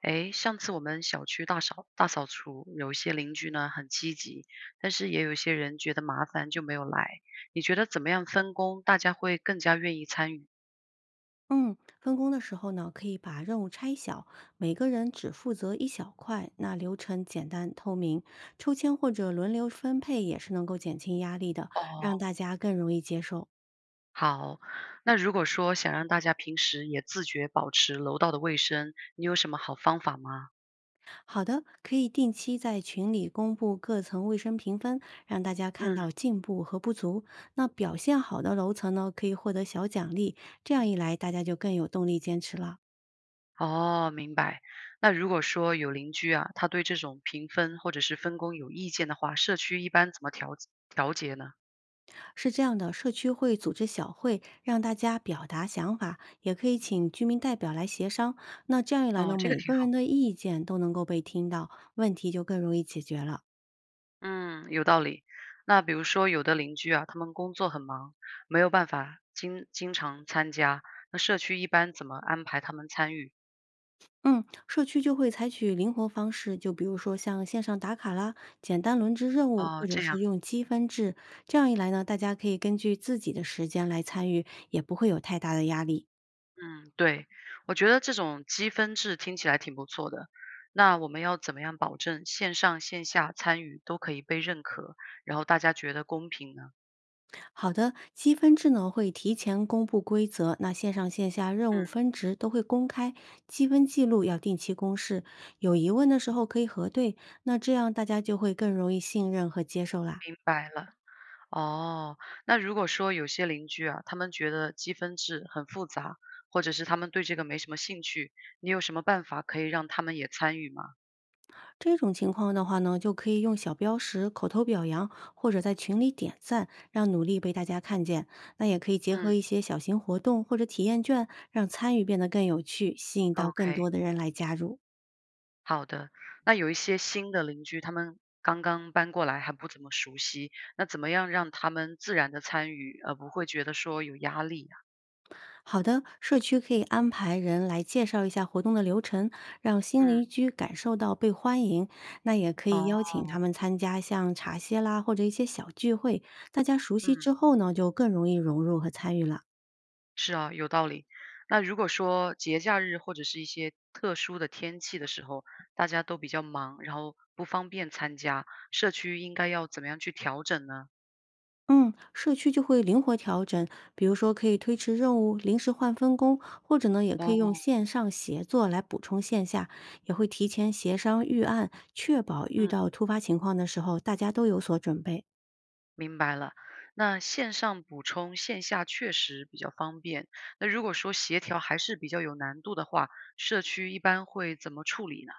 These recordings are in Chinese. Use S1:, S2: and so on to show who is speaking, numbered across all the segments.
S1: 诶，上次我们小区大扫除，有一些邻居呢很积极，但是也有一些人觉得麻烦就没有来。你觉得怎么样分工，大家会更加愿意参与？
S2: 嗯，分工的时候呢，可以把任务拆小，每个人只负责一小块，那流程简单透明，抽签或者轮流分配也是能够减轻压力的，
S1: 哦，
S2: 让大家更容易接受。
S1: 好。那如果说想让大家平时也自觉保持楼道的卫生，你有什么好方法吗？
S2: 好的，可以定期在群里公布各层卫生评分，让大家看
S1: 嗯，
S2: 到进步和不足。那表现好的楼层呢，可以获得小奖励，这样一来大家就更有动力坚持了。
S1: 哦，明白。那如果说有邻居啊，他对这种评分或者是分工有意见的话，社区一般怎么调节呢？
S2: 是这样的，社区会组织小会，让大家表达想法，也可以请居民代表来协商。那这样一来
S1: 哦，
S2: 呢，
S1: 这个
S2: 每
S1: 挺
S2: 个人
S1: 好。
S2: 的意见都能够被听到，问题就更容易解决了。
S1: 嗯，有道理。那比如说，有的邻居啊，他们工作很忙，没有办法经常参加，那社区一般怎么安排他们参与？
S2: 嗯，社区就会采取灵活方式，就比如说像线上打卡啦、简单轮值任务，或
S1: 哦，
S2: 者
S1: 这
S2: 是
S1: 样，
S2: 用积分制。这样一来呢，大家可以根据自己的时间来参与，也不会有太大的压力。
S1: 嗯，对，我觉得这种积分制听起来挺不错的。那我们要怎么样保证线上线下参与都可以被认可，然后大家觉得公平呢？
S2: 好的，积分制呢会提前公布规则，那线上线下任务
S1: 嗯，
S2: 分值都会公开，积分记录要定期公示，有疑问的时候可以核对，那这样大家就会更容易信任和接受啦。
S1: 明白了。哦，那如果说有些邻居啊，他们觉得积分制很复杂，或者是他们对这个没什么兴趣，你有什么办法可以让他们也参与吗？
S2: 这种情况的话呢，就可以用小标识、口头表扬，或者在群里点赞，让努力被大家看见。那也可以结合
S1: 嗯，
S2: 一些小型活动或者体验券，让参与变得更有趣，吸引到更多
S1: OK，
S2: 的人来加入。
S1: 好的。那有一些新的邻居，他们刚刚搬过来，还不怎么熟悉，那怎么样让他们自然的参与，而不会觉得说有压力啊？
S2: 好的，社区可以安排人来介绍一下活动的流程，让新
S1: 嗯，
S2: 邻居感受到被欢迎。那也可以
S1: 哦，
S2: 邀请他们参加像茶歇啦，或者一些小聚会，大家熟悉
S1: 嗯。
S2: 之后呢，就更容易融入和参与了。
S1: 是啊，有道理。那如果说节假日或者是一些特殊的天气的时候，大家都比较忙，然后不方便参加，社区应该要怎么样去调整呢？
S2: 嗯，社区就会灵活调整，比如说可以推迟任务、临时换分工，或者呢，也可以用
S1: 哦，
S2: 线上协作来补充线下，也会提前协商预案，确保遇
S1: 嗯，
S2: 到突发情况的时候，大家都有所准备。
S1: 明白了。那线上补充线下确实比较方便。那如果说协调还是比较有难度的话，社区一般会怎么处理呢？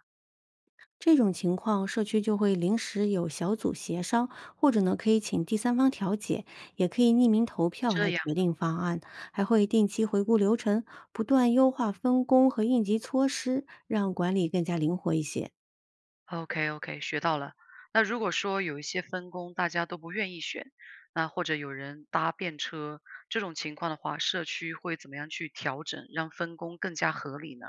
S2: 这种情况，社区就会临时有小组协商，或者呢可以请第三方调解，也可以匿名投票
S1: 这
S2: 来
S1: 样。
S2: 决定方案，还会定期回顾流程，不断优化分工和应急措施，让管理更加灵活一些。
S1: OK OK，学到了。那如果说有一些分工大家都不愿意选，那或者有人搭便车这种情况的话，社区会怎么样去调整，让分工更加合理呢？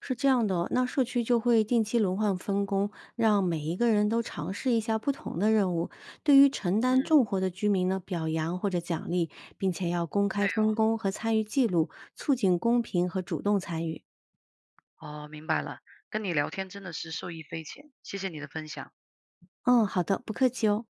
S2: 是这样的，那社区就会定期轮换分工，让每一个人都尝试一下不同的任务。对于承担
S1: 嗯，
S2: 重活的居民呢，表扬或者奖励，并且要公开
S1: 对
S2: 分工和参与记录，促进公平和主动参与。
S1: 哦，哦明白了。跟你聊天真的是受益匪浅，谢谢你的分享。
S2: 嗯，好的，不客气哦。